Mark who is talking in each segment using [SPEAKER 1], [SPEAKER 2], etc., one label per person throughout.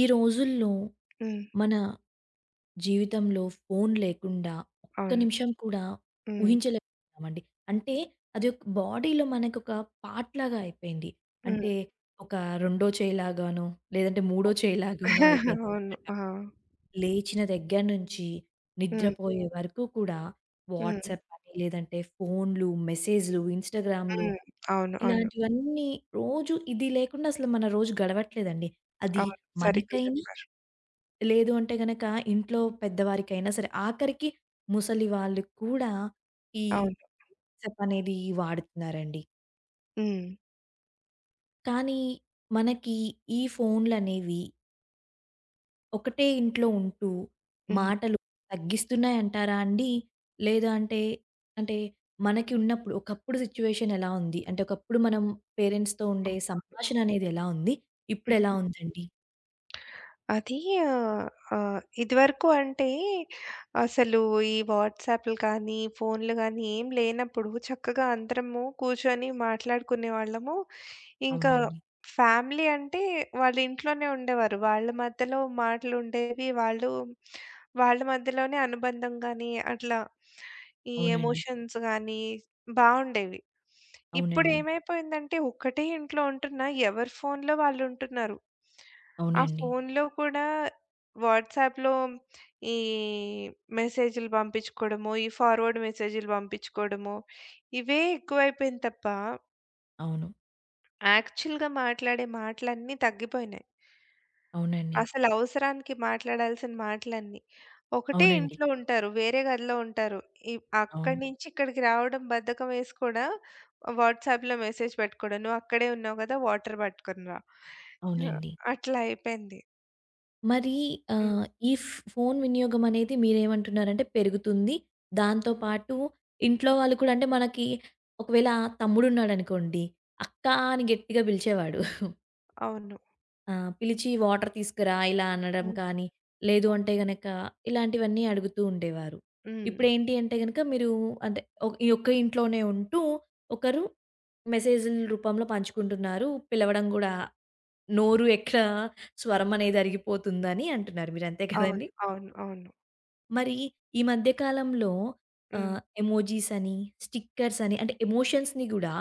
[SPEAKER 1] ఈ రోజుల్లో
[SPEAKER 2] హ్మ్.
[SPEAKER 1] మన జీవితంలో ఫోన్ లేకుండా ఒక్క
[SPEAKER 2] అవును.
[SPEAKER 1] నిమిషం కూడా
[SPEAKER 2] హ్మ్.
[SPEAKER 1] ఊహించలేకపోతున్నామండి. అంటే అది ఒక బాడీలో మనకొక పార్ట్ లాగా అయిపోయింది.
[SPEAKER 2] హ్మ్.
[SPEAKER 1] అంటే ఒక రెండో చేయిలాగానో, లేదంటే మూడో చేయిలాగానో
[SPEAKER 2] అవును.
[SPEAKER 1] అయిపోయిందనమాట.
[SPEAKER 2] ఆ!
[SPEAKER 1] లేచిన దగ్గర నుంచి
[SPEAKER 2] హ్మ్.
[SPEAKER 1] నిద్రపోయే వరకు కూడా
[SPEAKER 2] హ్మ్.
[SPEAKER 1] వాట్సాప్ అని, లేదంటే ఫోన్‌లు, మెసేజ్‌లు, ఇన్‌స్టాగ్రామ్‌లు
[SPEAKER 2] హ్మ్. అవును. అవును.
[SPEAKER 1] ఇలాంటివన్నీ రోజు ఇది లేకుండా అసలు మన రోజు గడవట్లేదండి. అది
[SPEAKER 2] అవును. సరిగ్గా
[SPEAKER 1] మనకైనా
[SPEAKER 2] చెప్పారు.
[SPEAKER 1] లేదు అంటే గనక ఇంట్లో పెద్దవారికైనా సరే, ఆఖరికి ముసలి వాళ్ళు కూడా ఈ
[SPEAKER 2] అవును.
[SPEAKER 1] చెపనేది వాడుతున్నారండి.
[SPEAKER 2] హ్మ్.
[SPEAKER 1] కానీ మనకి ఈ ఫోన్‌లనేవి ఒకటే ఇంట్లో ఉంటూ
[SPEAKER 2] హ్మ్.
[SPEAKER 1] మాటలు తగ్గిస్తున్నాయంటారా అండి? లేదా అంటే, అంటే మనకి ఉన్నప్పుడు ఒకప్పుడు సిట్యుయేషన్ ఎలా ఉంది? అంటే ఒకప్పుడు మనం పేరెంట్స్‌తో ఉండే
[SPEAKER 2] అవును.
[SPEAKER 1] సంభాషణ అనేది ఎలా ఉంది? ఇప్పుడెలా
[SPEAKER 2] హ్మ్.
[SPEAKER 1] ఉందండి?
[SPEAKER 2] అది ఆహ్, ఇదివరకు అంటే అసలు ఈ వాట్సాప్‌లు కానీ, ఫోన్‌లు గానీ ఏం లేనప్పుడు చక్కగా అందరము కూర్చొని మాట్లాడుకునేవాళ్ళము. ఇంకా
[SPEAKER 1] అవునండి.
[SPEAKER 2] ఫ్యామిలీ అంటే వాళ్ళ ఇంట్లోనే ఉండేవారు. వాళ్ళ మధ్యలో మాటలుండేవి. వాళ్ళు వాళ్ళ మధ్యలోనే అనుబంధం గాని, అట్లా ఈ
[SPEAKER 1] అవునండి.
[SPEAKER 2] ఎమోషన్స్ గాని బావుండేవి. ఇప్పుడు
[SPEAKER 1] అవునండి.
[SPEAKER 2] ఏమైపోయిందంటే, ఒక్కటే ఇంట్లో ఉంటున్నా ఎవరి ఫోన్‌లో వాళ్ళు ఉంటున్నారు. ఆ
[SPEAKER 1] అవునండి.
[SPEAKER 2] ఫోన్‌లో కూడా వాట్సాప్‌లో ఈ మెసేజ్‌లు పంపించుకోవడమో, ఈ ఫార్వర్డ్ మెసేజ్‌లు పంపించుకోవడమో ఇవే ఎక్కువైపోయింది తప్ప
[SPEAKER 1] అవును.
[SPEAKER 2] యాక్చువల్‌గా మాట్లాడే మాటలన్నీ తగ్గిపోయినాయి.
[SPEAKER 1] అవునండి.
[SPEAKER 2] అసలు అవసరానికి మాట్లాడాల్సిన మాటలన్నీ. ఒకటే
[SPEAKER 1] అవునండి.
[SPEAKER 2] ఇంట్లో ఉంటారు. వేరే గదిలో ఉంటారు. ఇ అక్కడి
[SPEAKER 1] అవును.
[SPEAKER 2] నుంచి ఇక్కడికి రావడం బద్ధకం వేసి కూడా వాట్సాప్‌లో మెసేజ్ పెట్టుకోవడం. "నువ్వు అక్కడే ఉన్నావు కదా! వాటర్ పట్టుకొని రా." ఆ!
[SPEAKER 1] అవునండి.
[SPEAKER 2] అట్లా అయిపోయింది.
[SPEAKER 1] మరి
[SPEAKER 2] హ్మ్.
[SPEAKER 1] ఈ ఫోను వినియోగం అనేది మీరేమంటున్నారంటే పెరుగుతుంది. దాంతో పాటు ఇంట్లో వాళ్ళు కూడా అంటే మనకి ఒకవేళ తమ్ముడున్నాడనుకోండి, అక్క అని గట్టిగా పిలిచేవాడు.
[SPEAKER 2] అవును.
[SPEAKER 1] ఆ! పిలిచి వాటర్ తీసుకురా ఇలా అనడం
[SPEAKER 2] హ్మ్.
[SPEAKER 1] కానీ, లేదు అంటే గనక ఇలాంటివన్నీ అడుగుతూ ఉండేవారు.
[SPEAKER 2] హ్మ్.
[SPEAKER 1] ఇప్పుడేంటి అంటే గనక మీరు అంటే ఈ ఒక్క ఇంట్లోనే ఉంటూ ఒకరు మెసేజుల రూపంలో పంచుకుంటున్నారు. పిలవడం గూడా నోరు ఎక్కడ స్వరమనేది అరిగిపోతుందని అంటున్నారు. మీరంతే కదండీ!
[SPEAKER 2] అవును. అవును. అవును.
[SPEAKER 1] మరి ఈ మధ్య కాలంలో
[SPEAKER 2] హ్మ్.
[SPEAKER 1] ఎమోజీస్ అని, స్టిక్కర్స్ అని అంటే ఎమోషన్స్‌ని గూడా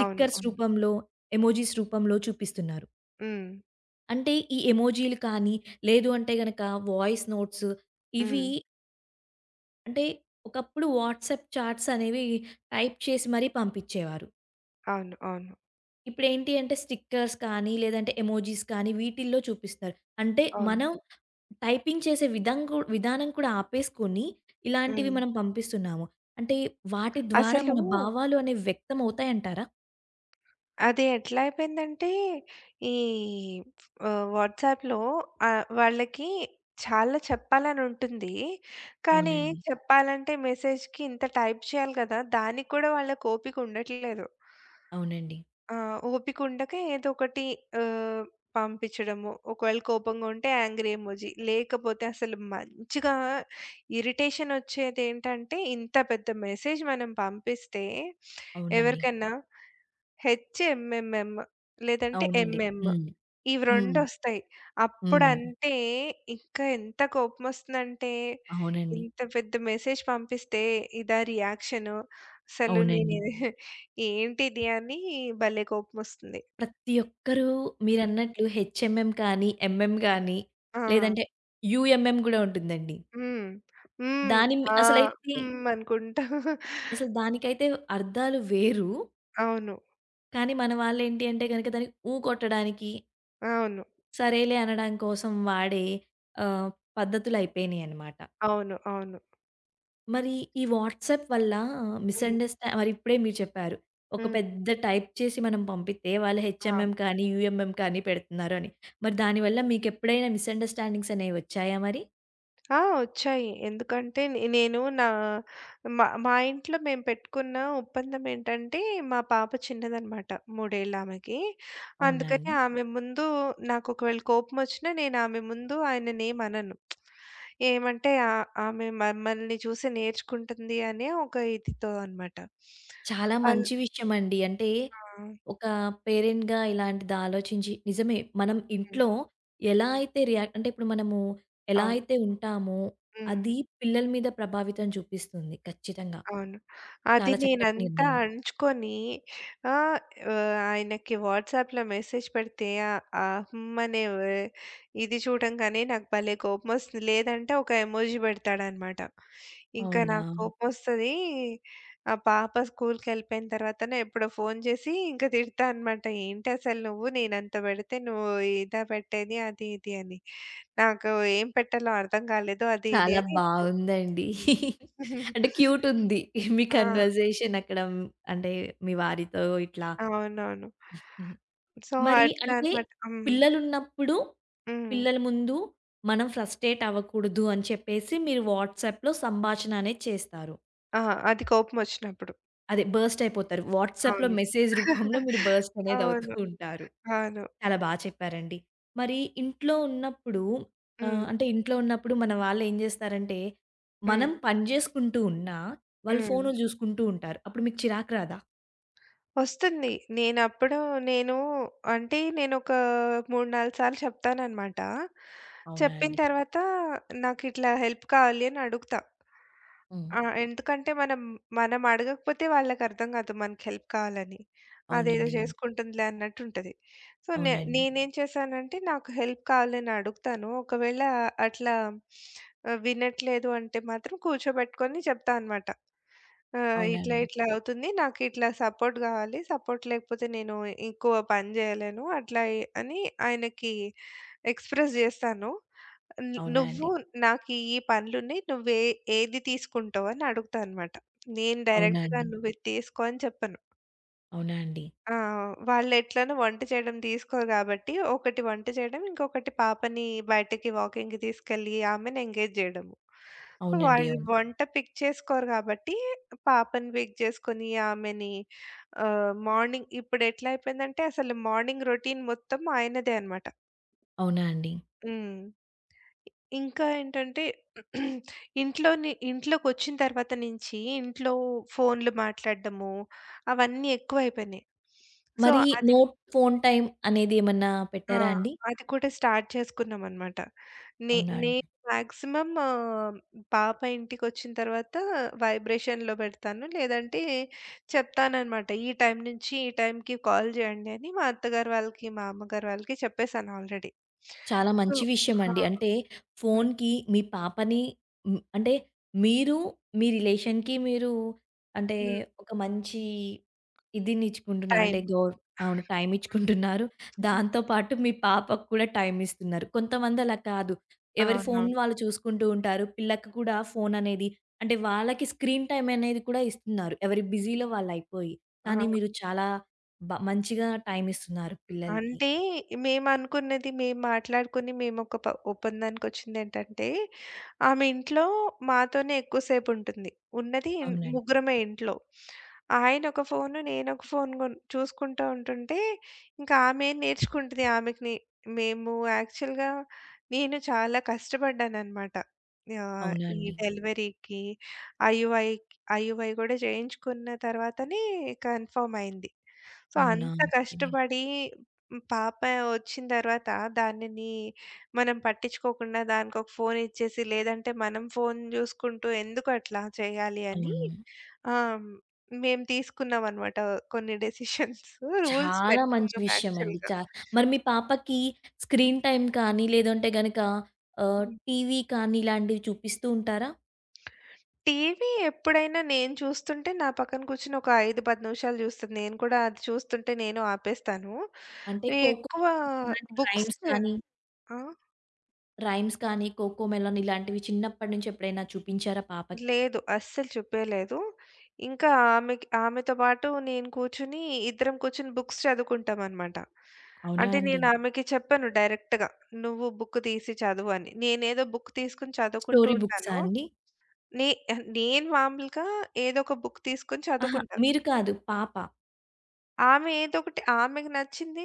[SPEAKER 2] అవును. అవును.
[SPEAKER 1] రూపంలో, ఎమోజీస్ రూపంలో చూపిస్తున్నారు.
[SPEAKER 2] హ్మ్.
[SPEAKER 1] అంటే ఈ ఎమోజీలు కానీ, లేదు అంటే గనక వాయిస్ నోట్స్ ఇవి
[SPEAKER 2] హ్మ్.
[SPEAKER 1] అంటే ఒకప్పుడు వాట్సాప్ చాట్స్ అనేవి టైప్ చేసి మరీ పంపించేవారు.
[SPEAKER 2] అవును. అవును.
[SPEAKER 1] ఇప్పుడేంటి అంటే స్టిక్కర్స్ కానీ, లేదంటే ఎమోజీస్ కానీ వీటిల్లో చూపిస్తారు. అంటే
[SPEAKER 2] అవును.
[SPEAKER 1] మనం టైపింగ్ చేసే విధం విధానం కూడా ఆపేసుకొని, ఇలాంటివి
[SPEAKER 2] హ్మ్.
[SPEAKER 1] మనం పంపిస్తున్నాము. అంటే వాటి ద్వారా
[SPEAKER 2] అసలు
[SPEAKER 1] మన భావాలు అనేవి వ్యక్తం అవుతాయంటారా?
[SPEAKER 2] అది ఎట్లా అయిపోయిందంటే, ఈ వాట్సాప్‌లో వాళ్ళకి చాలా చెప్పాలని ఉంటుంది. కానీ
[SPEAKER 1] అవునండి.
[SPEAKER 2] చెప్పాలంటే మెసేజ్‌కి ఇంత టైప్ చేయాలి కదా! దానికి కూడా వాళ్ళకి ఓపిక ఉండట్లేదు.
[SPEAKER 1] అవునండి.
[SPEAKER 2] ఆ! ఓపిక ఉండక ఏదో ఒకటి ఆహ్, పంపించడము. ఒకవేళ కోపంగా ఉంటే యాంగ్రీ ఎమోజి. లేకపోతే అసలు మంచిగా ఇరిటేషన్ వచ్చేదేంటంటే, ఇంత పెద్ద మెసేజ్ మనం పంపిస్తే
[SPEAKER 1] అవునండి.
[SPEAKER 2] ఎవరికన్నా హెచ్ఎంఎంఎం లేదంటే
[SPEAKER 1] అవునండి.
[SPEAKER 2] ఎంఎం
[SPEAKER 1] హ్మ్.
[SPEAKER 2] ఇవి 2
[SPEAKER 1] హ్మ్.
[SPEAKER 2] వస్తాయి.
[SPEAKER 1] హ్మ్.
[SPEAKER 2] అప్పుడంటే ఇంకా ఎంత కోపమొస్తుందంటే
[SPEAKER 1] అవునండి.
[SPEAKER 2] ఇంత పెద్ద మెసేజ్ పంపిస్తే ఇదా రియాక్షను. అసలు నేను
[SPEAKER 1] అవునండి.
[SPEAKER 2] ఇది ఏంటిది అని భలే కోపమొస్తుంది.
[SPEAKER 1] ప్రతి ఒక్కరూ
[SPEAKER 2] హ్మ్.
[SPEAKER 1] మీరన్నట్లు హెచ్ఎంఎం కానీ, ఎంఎం గానీ,
[SPEAKER 2] ఆ!
[SPEAKER 1] లేదంటే యూఎంఎం గూడా ఉంటుందండి.
[SPEAKER 2] హ్మ్. హ్మ్.
[SPEAKER 1] దాని మి
[SPEAKER 2] ఆ!
[SPEAKER 1] అసలైతే
[SPEAKER 2] హ్మ్. అనుకుంటా.
[SPEAKER 1] అసలు దానికైతే అర్థాలు వేరు.
[SPEAKER 2] అవును.
[SPEAKER 1] కానీ మన వాళ్ళేంటి అంటే గనక దానికి ఊ కొట్టడానికి
[SPEAKER 2] అవును.
[SPEAKER 1] సరేలే అనడం కోసం వాడే ఆహ్, పద్ధతులయిపోయినియనమాట.
[SPEAKER 2] అవును. అవును.
[SPEAKER 1] మరి ఈ వాట్సాప్ వల్ల
[SPEAKER 2] హ్మ్.
[SPEAKER 1] మరి ఇప్పుడే మీరు చెప్పారు. ఒక
[SPEAKER 2] హ్మ్.
[SPEAKER 1] పెద్ద టైప్ చేసి మనం పంపితే వాళ్ళు
[SPEAKER 2] ఆ!
[SPEAKER 1] హెచ్ఎంఎం కానీ, యూఎంఎం కానీ పెడుతున్నారు అని. మరి దానివల్ల మీకెప్పుడైనా మిస్‌అండర్‌స్టాండింగ్స్ అనేవి వచ్చాయా మరి?
[SPEAKER 2] ఆ! ఒచ్చాయి. ఎందుకంటే నేను నా మా మా ఇంట్లో మేము పెట్టుకున్న ఒప్పందం ఏంటంటే, మా పాప చిన్నదనమాట. మూడేళ్ళామెకి.
[SPEAKER 1] అవునా
[SPEAKER 2] అందుకని
[SPEAKER 1] అండి?
[SPEAKER 2] ఆమె ముందు నాకొకవేళ కోపమొచ్చినా నేను ఆమె ముందు ఆయననేమనను. ఏమంటే ఆమె మమ్మల్ని చూసి నేర్చుకుంటుంది అనే ఒక ఇదితో అనమాట.
[SPEAKER 1] చాలా
[SPEAKER 2] అల్
[SPEAKER 1] మంచి విషయమండి. అంటే
[SPEAKER 2] ఆ!
[SPEAKER 1] ఒక పేరెంట్‌గా ఇలాంటిది ఆలోచించి నిజమే మనం
[SPEAKER 2] హ్మ్.
[SPEAKER 1] ఇంట్లో ఎలా అయితే రియాక్ట్ అంటే ఇప్పుడు మనము ఎలా
[SPEAKER 2] అవును.
[SPEAKER 1] అయితే ఉంటామో
[SPEAKER 2] హ్మ్.
[SPEAKER 1] అది పిల్లల మీద ప్రభావితం చూపిస్తుంది ఖచ్చితంగా.
[SPEAKER 2] అవును. అది
[SPEAKER 1] చాలా చక్కటి
[SPEAKER 2] నేనంతా
[SPEAKER 1] నిర్ణయం.
[SPEAKER 2] అంచుకొని ఆహ్, ఆహ్, ఆయనకి వాట్సాప్‌లో మెసేజ్ పెడితే ఆహ్, ఆహ్, హ్మ్. అనే ఇది చూడంగానే నాకు భలే కోపమొస్తుంది. లేదంటే ఒక ఎమోజి పెడతాడనమాట. ఇంకా
[SPEAKER 1] అవునా!
[SPEAKER 2] నాకు కోపమొస్తది. ఆ పాప స్కూల్‌కెళ్ళిపోయిన తర్వాతనో ఎప్పుడో ఫోను చేసి ఇంకా తిడతా అనమాట. "ఏంటి అసలు నువ్వు నేనంత పెడితే నువ్వు ఇదా పెట్టేది అది ఇది" అని. నాకు ఏం పెట్టాలో అర్థం కాలేదు అది ఇది
[SPEAKER 1] చాలా
[SPEAKER 2] అని.
[SPEAKER 1] బావుందండి.
[SPEAKER 2] హ్మ్.
[SPEAKER 1] అంటే క్యూట్ ఉంది. మీ
[SPEAKER 2] ఆ!
[SPEAKER 1] కన్వర్జేషన్ అక్కడ అంటే మీ వారితో ఇట్లా.
[SPEAKER 2] అవునవును.
[SPEAKER 1] మ్,
[SPEAKER 2] సో,
[SPEAKER 1] మరి
[SPEAKER 2] అట్లా
[SPEAKER 1] అంటే
[SPEAKER 2] అన్నమాట. హ్మ్.
[SPEAKER 1] పిల్లలున్నప్పుడు
[SPEAKER 2] హ్మ్.
[SPEAKER 1] పిల్లల ముందు మనం ఫ్రస్ట్రేట్ అవ్వకూడదు అని చెప్పేసి మీరు వాట్సాప్‌లో సంభాషణ అనేది చేస్తారు.
[SPEAKER 2] ఆ! అది కోపమొచ్చినప్పుడు.
[SPEAKER 1] అదే బర్స్ట్ అయిపోతారు. వాట్సాప్‌లో
[SPEAKER 2] అవును.
[SPEAKER 1] మెసేజ్ రూపంలో మీరు బర్స్ట్ అనేది అవుతూ
[SPEAKER 2] అవును.
[SPEAKER 1] ఉంటారు.
[SPEAKER 2] అవును.
[SPEAKER 1] చాలా చెప్పారండి. మరి ఇంట్లో ఉన్నప్పుడు
[SPEAKER 2] హ్మ్.
[SPEAKER 1] అంటే ఇంట్లో ఉన్నప్పుడు మన వాళ్ళు ఏం జేస్తారంటే,
[SPEAKER 2] హ్మ్.
[SPEAKER 1] మనం పని జేసుకుంటూ ఉన్నా వాళ్ళు
[SPEAKER 2] హ్మ్.
[SPEAKER 1] ఫోనులు జూసుకుంటూ ఉంటారు. అప్పుడు మీకు చిరాకు రాదా?
[SPEAKER 2] వస్తుంది. నేనప్పుడు నేను అంటే నేనొక 3, 4 సార్లు చెప్తాననమాట.
[SPEAKER 1] అవునా
[SPEAKER 2] చెప్పిన
[SPEAKER 1] అండి?
[SPEAKER 2] తర్వాత నాకిట్లా హెల్ప్ కావాలి అని అడుగుతా.
[SPEAKER 1] హ్మ్.
[SPEAKER 2] ఆ! ఎందుకంటే మనం మనం అడగకపోతే వాళ్ళకర్థం కాదు మనకి హెల్ప్ కావాలని. అదేదో
[SPEAKER 1] అవునండి. అవును.
[SPEAKER 2] చేసుకుంటుందిలే అన్నట్టుంటది. సో,
[SPEAKER 1] అవునండి.
[SPEAKER 2] నేనేం చేశానంటే నాకు హెల్ప్ కావాలని అడుగుతాను. ఒకవేళ అట్లా వినట్లేదు అంటే మాత్రం కూర్చోబెట్టుకొని చెప్తా అనమాట. ఆ!
[SPEAKER 1] అవునా
[SPEAKER 2] ఇట్లా
[SPEAKER 1] అండి?
[SPEAKER 2] ఇట్లా అవుతుంది. నాకిట్లా సపోర్ట్ గావాలి. సపోర్ట్ లేకపోతే నేను ఎక్కువ పని జేయలేను. అట్లా ఎ అని ఆయనకి ఎక్స్‌ప్రెస్ జేస్తాను.
[SPEAKER 1] అవునా
[SPEAKER 2] నువ్వు
[SPEAKER 1] అండి?
[SPEAKER 2] నాకు ఈ పనులున్నాయి. నువ్వే ఏది తీసుకుంటావు అని అడుగుతా అనమాట. నేను
[SPEAKER 1] అవునా
[SPEAKER 2] డైరెక్ట్‌గా
[SPEAKER 1] అండి?
[SPEAKER 2] నువ్వు ఇది తీసుకో అని చెప్పను.
[SPEAKER 1] అవునా అండి?
[SPEAKER 2] ఆ! వాళ్ళెట్లనో వంట చేయడం తీసుకోరు గాబట్టి, ఒకటి వంట చేయడం, ఇంకొకటి పాపని బయటకి వాకింగ్‌కి తీసుకెళ్ళి ఆమెని ఎంగేజ్ జేయడము. హ్మ్.
[SPEAKER 1] అవునండి.
[SPEAKER 2] వాళ్ళు
[SPEAKER 1] అవును.
[SPEAKER 2] వంట పిక్ చేసుకోరు గాబట్టి, పాపని పిక్ చేసుకొని ఆమెని మార్నింగ్ ఇప్పుడెట్లా అయిపోయిందంటే అసలు మార్నింగ్ రొటీన్ మొత్తం ఆయనదే అనమాట.
[SPEAKER 1] అవునా అండి?
[SPEAKER 2] హ్మ్. ఇంకా ఏంటంటే ఇంట్లోకొచ్చిన తర్వాత నుంచి ఇంట్లో ఫోన్‌లు మాట్లాడడము అవన్నీ ఎక్కువైపోయినాయి. సో,
[SPEAKER 1] మరి
[SPEAKER 2] అది
[SPEAKER 1] నో ఫోన్ టైమ్ అనేది ఏమన్నా
[SPEAKER 2] ఆ!
[SPEAKER 1] పెట్టారా అండి?
[SPEAKER 2] అది కూడా స్టార్ట్ చేసుకున్నామనమాట. నే
[SPEAKER 1] అవునా అండి?
[SPEAKER 2] నేను మాక్సిమం పాప ఇంటికొచ్చిన తర్వాత వైబ్రేషన్‌లో పెడతాను. లేదంటే చెప్తాననమాట. ఈ టైం నుంచి ఈ టైంకి కాల్ చేయండి అని మా అత్తగారు వాళ్ళకి, మా అమ్మగారు వాళ్ళకి చెప్పేసాను ఆల్రెడీ.
[SPEAKER 1] చాలా
[SPEAKER 2] సో
[SPEAKER 1] మంచి
[SPEAKER 2] ఆ!
[SPEAKER 1] విషయమండి. అంటే
[SPEAKER 2] హ్మ్.
[SPEAKER 1] ఫోన్‌కి మీ పాపని హ్మ్, అంటే మీరు మీ రిలేషన్‌కి మీరు అంటే
[SPEAKER 2] హ్మ్.
[SPEAKER 1] ఒక మంచి ఇదినిచ్చుకుంటున్నారు.
[SPEAKER 2] టైం.
[SPEAKER 1] అంటే అవును. టైమ్
[SPEAKER 2] హ్మ్.
[SPEAKER 1] ఇచ్చుకుంటున్నారు. దాంతో పాటు మీ పాపకు కూడా టైమ్ ఇస్తున్నారు. కొంతమంది అలా కాదు. ఎవరి ఫోన్
[SPEAKER 2] అవునవును.
[SPEAKER 1] వాళ్ళు చూసుకుంటూ ఉంటారు. పిల్లకి కూడా ఫోన్ అనేది అంటే వాళ్ళకి స్క్రీన్ టైమ్ అనేది కూడా ఇస్తున్నారు. ఎవరి బిజీలో వాళ్ళయిపోయి.
[SPEAKER 2] ఆ!
[SPEAKER 1] కానీ మీరు చాలా మంచిగా టైమ్ ఇస్తున్నారు పిల్లలకి.
[SPEAKER 2] అంటే మేమనుకున్నది మేము మాట్లాడుకొని మేమొక ప ఒప్పందానికొచ్చిందేంటంటే, ఆమె ఇంట్లో మాతోనే ఎక్కువసేపు ఉంటుంది. ఉన్నది
[SPEAKER 1] అవునండి.
[SPEAKER 2] ముగ్గురమే ఇంట్లో. ఆయనొక ఫోను, నేనొక ఫోను చూసుకుంటూ ఉంటుంటే, ఇంకా ఆమె నేర్చుకుంటది ఆమెకి నే మేము యాక్చువల్‌గా నేను చాలా కష్టపడ్డాననమాట.
[SPEAKER 1] అవునా
[SPEAKER 2] ఈ
[SPEAKER 1] అండి?
[SPEAKER 2] డెలివరీకి, ఐయుఐ ఐయుఐ గూడా చేయించుకున్న తర్వాతనే కన్ఫర్మ్ అయింది. సో,
[SPEAKER 1] అవునా!
[SPEAKER 2] అంత
[SPEAKER 1] ఓకే.
[SPEAKER 2] కష్టపడి హ్మ్. పాప వచ్చిన తర్వాత దానిని మనం పట్టించుకోకుండా దానికొక ఫోన్ ఇచ్చేసి, లేదంటే మనం ఫోన్ జూసుకుంటూ ఎందుకు అట్లా చేయాలి అని
[SPEAKER 1] అవును.
[SPEAKER 2] ఆహ్, మేము తీసుకున్నామనమాట కొన్ని డెసిషన్స్. రూల్స్
[SPEAKER 1] చాలా మంచి
[SPEAKER 2] పెట్టుకున్నాం
[SPEAKER 1] విషయమండి.
[SPEAKER 2] యాక్చువల్‌గా.
[SPEAKER 1] మరి మీ పాపకి స్క్రీన్ టైమ్ కానీ, లేదంటే గనక
[SPEAKER 2] హ్మ్.
[SPEAKER 1] టీవీ కానీ ఇలాంటివి చూపిస్తూ ఉంటారా?
[SPEAKER 2] టీవీ ఎప్పుడైనా నేను చూస్తుంటే నా పక్కన కూర్చొని ఒక 5, 10 నిమిషాలు జూస్తది. నేను కూడా అది చూస్తుంటే నేను ఆపేస్తాను.
[SPEAKER 1] అంటే
[SPEAKER 2] ఈ
[SPEAKER 1] 'కోకో'
[SPEAKER 2] ఎక్కువ
[SPEAKER 1] కానీ, ఇలాంటి
[SPEAKER 2] బుక్స్
[SPEAKER 1] రైమ్స్ కానీ
[SPEAKER 2] ఆ?
[SPEAKER 1] రైమ్స్ కానీ 'కోకో మెలన్' ఇలాంటివి చిన్నప్పటి నుంచి ఎప్పుడైనా చూపించారా పాపకి?
[SPEAKER 2] లేదు. అస్సలు చూపియలేదు. ఇంకా ఆమెకి ఆమెతో పాటు నేను కూర్చొని ఇద్దరం కూర్చొని బుక్స్ చదువుకుంటామనమాట.
[SPEAKER 1] అవునా
[SPEAKER 2] అంటే
[SPEAKER 1] అండి?
[SPEAKER 2] నేను ఆమెకి చెప్పాను డైరెక్ట్‌గా. నువ్వు బుక్ తీసి చదువు అని. నేనేదో బుక్ తీసుకొని చదువుకుంటూ
[SPEAKER 1] స్టోరీ బుక్సా
[SPEAKER 2] ఉంటాను.
[SPEAKER 1] అండి?
[SPEAKER 2] నే నేను మామూలుగా ఏదో ఒక బుక్ తీసుకొని
[SPEAKER 1] అహా!
[SPEAKER 2] చదువుకుంటా.
[SPEAKER 1] మీరు కాదు పాప.
[SPEAKER 2] ఆమె ఏదో ఒకటి ఆమెకి నచ్చింది,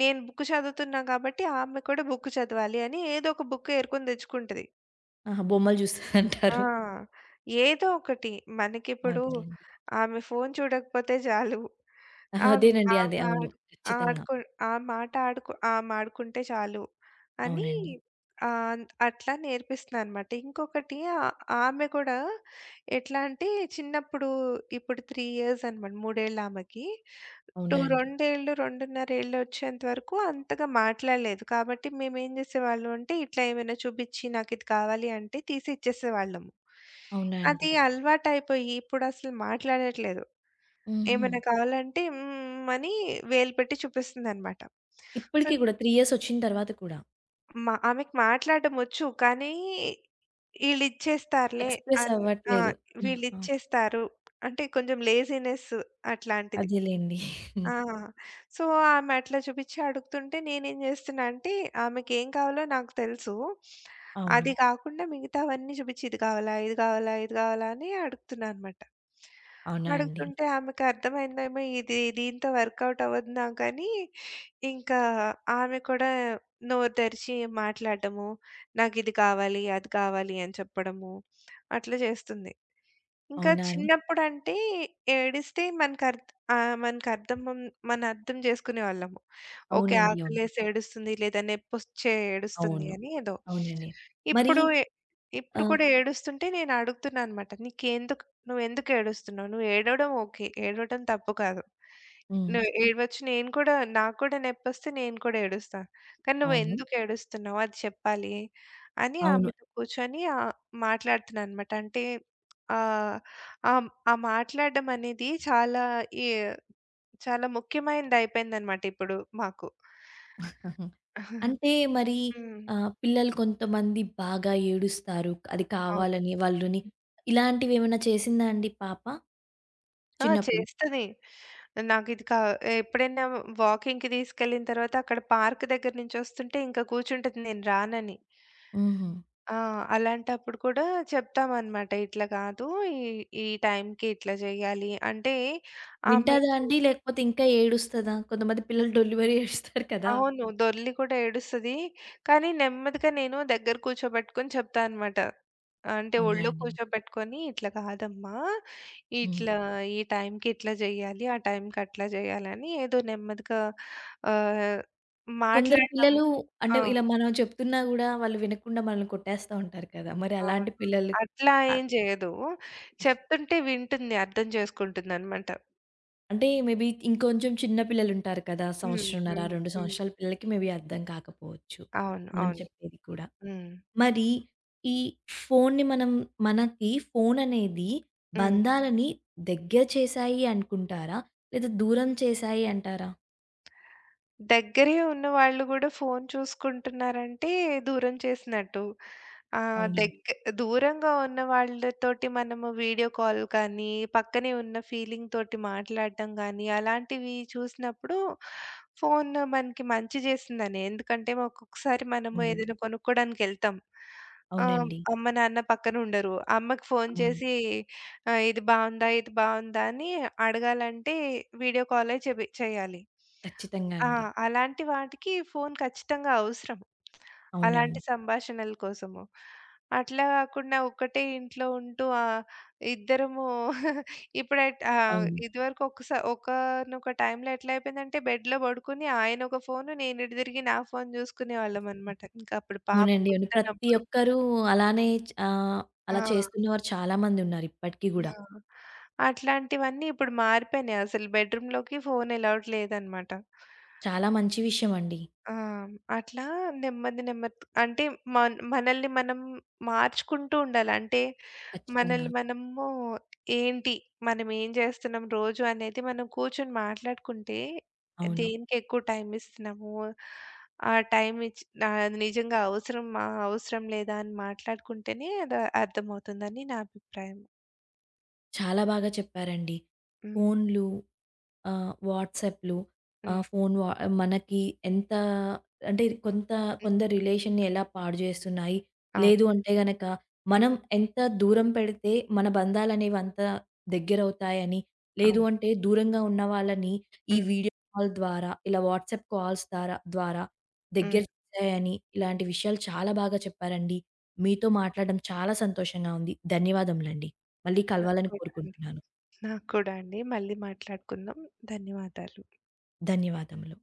[SPEAKER 2] నేను బుక్ చదువుతున్నా కాబట్టి ఆమె కూడా బుక్ చదవాలి అని ఏదో ఒక బుక్ ఏరుకొని తెచ్చుకుంటది.
[SPEAKER 1] ఆహా! బొమ్మలు
[SPEAKER 2] ఆ!
[SPEAKER 1] చూస్తదంటారు.
[SPEAKER 2] ఏదో ఒకటి. మనకిప్పుడు
[SPEAKER 1] అదేలెండి.
[SPEAKER 2] ఆమె ఫోను చూడకపోతే చాలు. ఆమె
[SPEAKER 1] అదేనండి.
[SPEAKER 2] ఆమె
[SPEAKER 1] అదే. అవును.
[SPEAKER 2] ఆడు
[SPEAKER 1] ఖచ్చితంగా.
[SPEAKER 2] ఆడుకు ఆమె ఆట ఆడుకు ఆమె ఆడుకుంటే చాలు అని
[SPEAKER 1] అవునండి.
[SPEAKER 2] ఆహ్, అట్లా నేర్పిస్తున్నానన్నమాట. ఇంకొకటి ఆమె కూడా ఎట్లా అంటే చిన్నప్పుడు ఇప్పుడు 3 ఇయర్స్ అనమాట. మూడేళ్ళ ఆమెకి.
[SPEAKER 1] అవునా
[SPEAKER 2] 2,
[SPEAKER 1] అండి?
[SPEAKER 2] రెండేళ్ళు, 2.5 ఏళ్ళు వచ్చేంత వరకు అంతగా మాట్లాడలేదు. కాబట్టి మేమేం జేసేవాళ్ళం అంటే, ఇట్లా ఏమైనా చూపిచ్చి నాకిది కావాలి అంటే తీసి ఇచ్చేసేవాళ్ళము.
[SPEAKER 1] అవునా అండి?
[SPEAKER 2] అది అలవాటయిపోయి ఇప్పుడసలు మాట్లాడట్లేదు.
[SPEAKER 1] హుహు.
[SPEAKER 2] ఏమైనా కావాలంటే హ్మ్, హ్మ్ అని వేలు పెట్టి చూపిస్తుందనమాట. సో,
[SPEAKER 1] ఇప్పటికి గూడా 3 ఇయర్స్ ఒచ్చిన తర్వాత కూడా.
[SPEAKER 2] మా ఆమెకి మాట్లాడడం వచ్చు. కానీ ఈళ్ళిచ్చేస్తారులే
[SPEAKER 1] ఎక్స్‌ప్రెస్
[SPEAKER 2] అన్ ఆ!
[SPEAKER 1] అవ్వట్లేదు. ఆహా!
[SPEAKER 2] వీళ్ళిచ్చేస్తారు. అంటే కొంచెం లేజీనెస్ అట్లాంటిది.
[SPEAKER 1] అదేలెండి.
[SPEAKER 2] ఆ! సో, ఆమె అట్లా చూపిచ్చి అడుగుతుంటే నేనేం జేస్తున్నా అంటే, ఆమెకేం కావాలో నాకు తెలుసు.
[SPEAKER 1] అవును.
[SPEAKER 2] అది కాకుండా మిగతావన్నీ చూపిచ్చి ఇది కావాలా? ఇది కావాలా? ఇది కావాలా? అని అడుగుతున్నా అనమాట.
[SPEAKER 1] అవునా అండి?
[SPEAKER 2] అడుగుతుంటే ఆమెకి అర్థమైందేమో ఇది దీంతో వర్కౌట్ అవ్వదు నాకని, ఇంకా ఆమె కూడా నోరు తెరిచి మాట్లాడడము, నాకిది కావాలి, అది కావాలి అని చెప్పడము, అట్లా చేస్తుంది. ఇంకా
[SPEAKER 1] అవునా అండి?
[SPEAKER 2] చిన్నప్పుడంటే ఏడిస్తే మనకర్థ్ ఆహ్, మనకర్థం మన అర్థం జేసుకునేవాళ్ళము. ఓకే.
[SPEAKER 1] అవునండి.
[SPEAKER 2] అవును.
[SPEAKER 1] అవును.
[SPEAKER 2] ఆకలేసి ఏడుస్తుంది లేదా నొప్పొచ్చే ఏడుస్తుంది
[SPEAKER 1] అవును.
[SPEAKER 2] అని ఏదో.
[SPEAKER 1] అవునండి. మరి
[SPEAKER 2] ఇప్పుడు ఎ ఇప్పుడు
[SPEAKER 1] ఆహ్,
[SPEAKER 2] కూడా ఏడుస్తుంటే నేను అడుగుతున్నా అనమాట. నువ్వెందుకు ఏడుస్తున్నావు? నువ్వు ఏడవడం ఓకే. ఏడవడం తప్పు కాదు.
[SPEAKER 1] హ్మ్.
[SPEAKER 2] నువ్వు ఏడవచ్చు. నేను కూడా, నాకు కూడా నొప్పొస్తే నేను కూడా ఏడుస్తా. కానీ
[SPEAKER 1] అవును.
[SPEAKER 2] నువ్వెందుకు ఏడుస్తున్నావు అది చెప్పాలి అని
[SPEAKER 1] అవును.
[SPEAKER 2] ఆమెతో కూర్చొని మాట్లాడుతున్నా అనమాట. అంటే ఆహ్ ఆ! ఆ మాట్లాడడం అనేది ఏ చాలా ముఖ్యమైనది అయిపోయిందన్నమాట ఇప్పుడు మాకు.
[SPEAKER 1] అంటే మరి
[SPEAKER 2] హ్మ్.
[SPEAKER 1] పిల్లలు కొంతమంది బాగా ఏడుస్తారు. అది
[SPEAKER 2] అవును.
[SPEAKER 1] కావాలని వాళ్ళని ఇలాంటివేమైనా చేసిందా అండి పాప
[SPEAKER 2] ఆ!
[SPEAKER 1] చిన్నప్పుడు?
[SPEAKER 2] చేస్తది. నాకు ఇది కా ఎప్పుడైనా వాకింగ్‌కి తీసుకెళ్ళిన తర్వాత అక్కడ పార్క్ దగ్గర నుంచొస్తుంటే ఇంక కూర్చుంటది నేను రానని.
[SPEAKER 1] హుహు.
[SPEAKER 2] ఆ! అలాంటప్పుడు కూడా చెప్తామన్నమాట. ఇట్లా కాదు ఈ ఈ టైంకి ఇట్లా చేయాలి. అంటే ఆమెకి
[SPEAKER 1] వింటాదా అండి? లేకపోతే ఇంకా ఏడుస్తదా? కొంతమంది పిల్లలు డొల్లి మరీ ఏడుస్తారు కదా!
[SPEAKER 2] అవును. దొర్లి కూడా ఏడుస్తది. కానీ నెమ్మదిగా నేను దగ్గర కూర్చోబెట్టుకొని చెప్తా అనమాట. అంటే
[SPEAKER 1] అవునా
[SPEAKER 2] ఒళ్ళో
[SPEAKER 1] అండి?
[SPEAKER 2] కూర్చోబెట్టుకొని "ఇట్లా కాదమ్మా.
[SPEAKER 1] హ్మ్.
[SPEAKER 2] ఇట్లా ఈ టైంకి ఇట్లా జేయాలి. ఆ టైంకి అట్లా జేయాలి" అని ఏదో నెమ్మదిగా ఆహ్,
[SPEAKER 1] కొందరు
[SPEAKER 2] మాట్లాడడం.
[SPEAKER 1] పిల్లలు అంటే
[SPEAKER 2] ఆ!
[SPEAKER 1] ఇలా మనం చెప్తున్నా గూడా వాళ్ళు వినకుండా మనల్ని కొట్టేస్తా ఉంటారు కదా! మరి అలాంటి
[SPEAKER 2] అవును.
[SPEAKER 1] పిల్లలు
[SPEAKER 2] అట్లా
[SPEAKER 1] ఆహ్,
[SPEAKER 2] ఏం జేయదు. చెప్తుంటే వింటుంది. అర్థం జేసుకుంటుందనమాట.
[SPEAKER 1] అంటే మేబీ ఇంకొంచెం చిన్న పిల్లలుంటారు కదా!
[SPEAKER 2] హ్మ్.
[SPEAKER 1] సంవత్సరంన్నర,
[SPEAKER 2] హ్మ్.
[SPEAKER 1] 2
[SPEAKER 2] హ్మ్.
[SPEAKER 1] సంవత్సరాల పిల్లలకి మేబీ అర్థం కాకపోవచ్చు.
[SPEAKER 2] అవును.
[SPEAKER 1] మనం
[SPEAKER 2] అవును.
[SPEAKER 1] చెప్పేది కూడా.
[SPEAKER 2] హ్మ్.
[SPEAKER 1] మరి ఈ ఫోన్‌ని మనం మనకి ఫోన్ అనేది
[SPEAKER 2] హ్మ్.
[SPEAKER 1] బంధాలని దగ్గర చేశాయి అనుకుంటారా? లేదా దూరం చేశాయి అంటారా?
[SPEAKER 2] దగ్గరే ఉన్నవాళ్ళు గూడా ఫోను చూసుకుంటున్నారంటే, దూరం చేసినట్టు. ఆహ్,
[SPEAKER 1] అవునండి.
[SPEAKER 2] దగ్ దూరంగా ఉన్న వాళ్ళతోటి మనము వీడియో కాల్ కానీ, పక్కనే ఉన్న ఫీలింగ్ తోటి మాట్లాడడం గానీ, అలాంటివి చూసినప్పుడు ఫోను మనకి మంచి చేసిందని. ఎందుకంటే, ఒక్కొక్కసారి మనము
[SPEAKER 1] అవును.
[SPEAKER 2] ఏదైనా కొనుక్కోడానికెళ్తాం. ఆహ్,
[SPEAKER 1] అవునండి.
[SPEAKER 2] అమ్మ, నాన్న పక్కన ఉండరు. అమ్మకి ఫోను
[SPEAKER 1] అవును.
[SPEAKER 2] చేసి ఇది బావుందా? ఇది బావుందా? అని అడగాలంటే వీడియో కాలే చేయాలి.
[SPEAKER 1] ఖచ్చితంగా
[SPEAKER 2] ఆ!
[SPEAKER 1] అండి.
[SPEAKER 2] అలాంటి వాటికి ఫోను ఖచ్చితంగా అవసరం. అలాంటి
[SPEAKER 1] అవునండి.
[SPEAKER 2] సంభాషణల కోసము. అట్లా కాకుండా ఒక్కటే ఇంట్లో ఉంటూ ఇద్దరము ఇప్పుడైట్ ఆహ్,
[SPEAKER 1] అవును.
[SPEAKER 2] ఇదివరకు ఒకసా ఒకానొక టైంలో ఎట్లా అయిపోయిందంటే బెడ్‌లో పడుకొని ఆయన ఒక ఫోను, నేను ఇటు తిరిగి నా ఫోను చూసుకునేవాళ్ళమనమాట. ఇంకా అప్పుడు పాప
[SPEAKER 1] అవునండి. అవును. ప్రతి
[SPEAKER 2] పుట్టనప్పుడు.
[SPEAKER 1] ఒక్కరూ అలానే అలా
[SPEAKER 2] ఆ!
[SPEAKER 1] చేస్తున్నవారు చాలా మందున్నారు ఇప్పటికి
[SPEAKER 2] ఆ!
[SPEAKER 1] గూడా.
[SPEAKER 2] అట్లాంటివన్నీ ఇప్పుడు మారిపోయినాయి. అసలు బెడ్‌రూమ్‌లోకి ఫోను అలౌడ్ లేదనమాట.
[SPEAKER 1] చాలా మంచి విషయమండి.
[SPEAKER 2] ఆ! అట్లా నెమ్మది నెమ్మది అంటే మనల్ని మనం మార్చుకుంటూ ఉండాలి. అంటే
[SPEAKER 1] ఖచ్చితంగా.
[SPEAKER 2] మనల్ని మనము ఏంటి? మనం ఏం చేస్తున్నాం రోజు అనేది మనం కూర్చొని మాట్లాడుకుంటే
[SPEAKER 1] అవును.
[SPEAKER 2] దేనికి ఎక్కువ టైం ఇస్తున్నాము? ఆ టైం ఇచ్ అది నిజంగా అవసరమా? అవసరం లేదా? అని మాట్లాడుకుంటేనే అది అర్థమవుతుందని నా అభిప్రాయం.
[SPEAKER 1] చాలా బాగా చెప్పారండి.
[SPEAKER 2] హ్మ్.
[SPEAKER 1] ఫోన్లు వాట్సాప్‌లు
[SPEAKER 2] హ్మ్.
[SPEAKER 1] ఆహ్, ఫోను వ మనకి ఎంత అంటే కొంత
[SPEAKER 2] హ్మ్.
[SPEAKER 1] కొందరి రిలేషన్‌ని ఎలా పాడు జేస్తున్నాయి.
[SPEAKER 2] అవును.
[SPEAKER 1] లేదు అంటే గనక
[SPEAKER 2] హ్మ్.
[SPEAKER 1] మనం ఎంత దూరం పెడితే మన బంధాలనేవి అంత దగ్గరవుతాయని, లేదు
[SPEAKER 2] అవును.
[SPEAKER 1] అంటే దూరంగా ఉన్న వాళ్ళని ఈ
[SPEAKER 2] హ్మ్.
[SPEAKER 1] వీడియో కాల్ ద్వారా, ఇలా వాట్సాప్ కాల్స్ ద్వారా ద్వారా దగ్గర
[SPEAKER 2] హ్మ్.
[SPEAKER 1] చేశాయని, ఇలాంటి విషయాలు చాలా బాగా చెప్పారండి. మీతో మాట్లాడడం చాలా సంతోషంగా ఉంది. ధన్యవాదములండి. మళ్ళీ కలవాలని
[SPEAKER 2] కూడా అండి.
[SPEAKER 1] కోరుకుంటున్నాను.
[SPEAKER 2] నాకు కూడా అండి. మళ్ళీ మాట్లాడుకుందాం. ధన్యవాదాలు.
[SPEAKER 1] ధన్యవాదములు.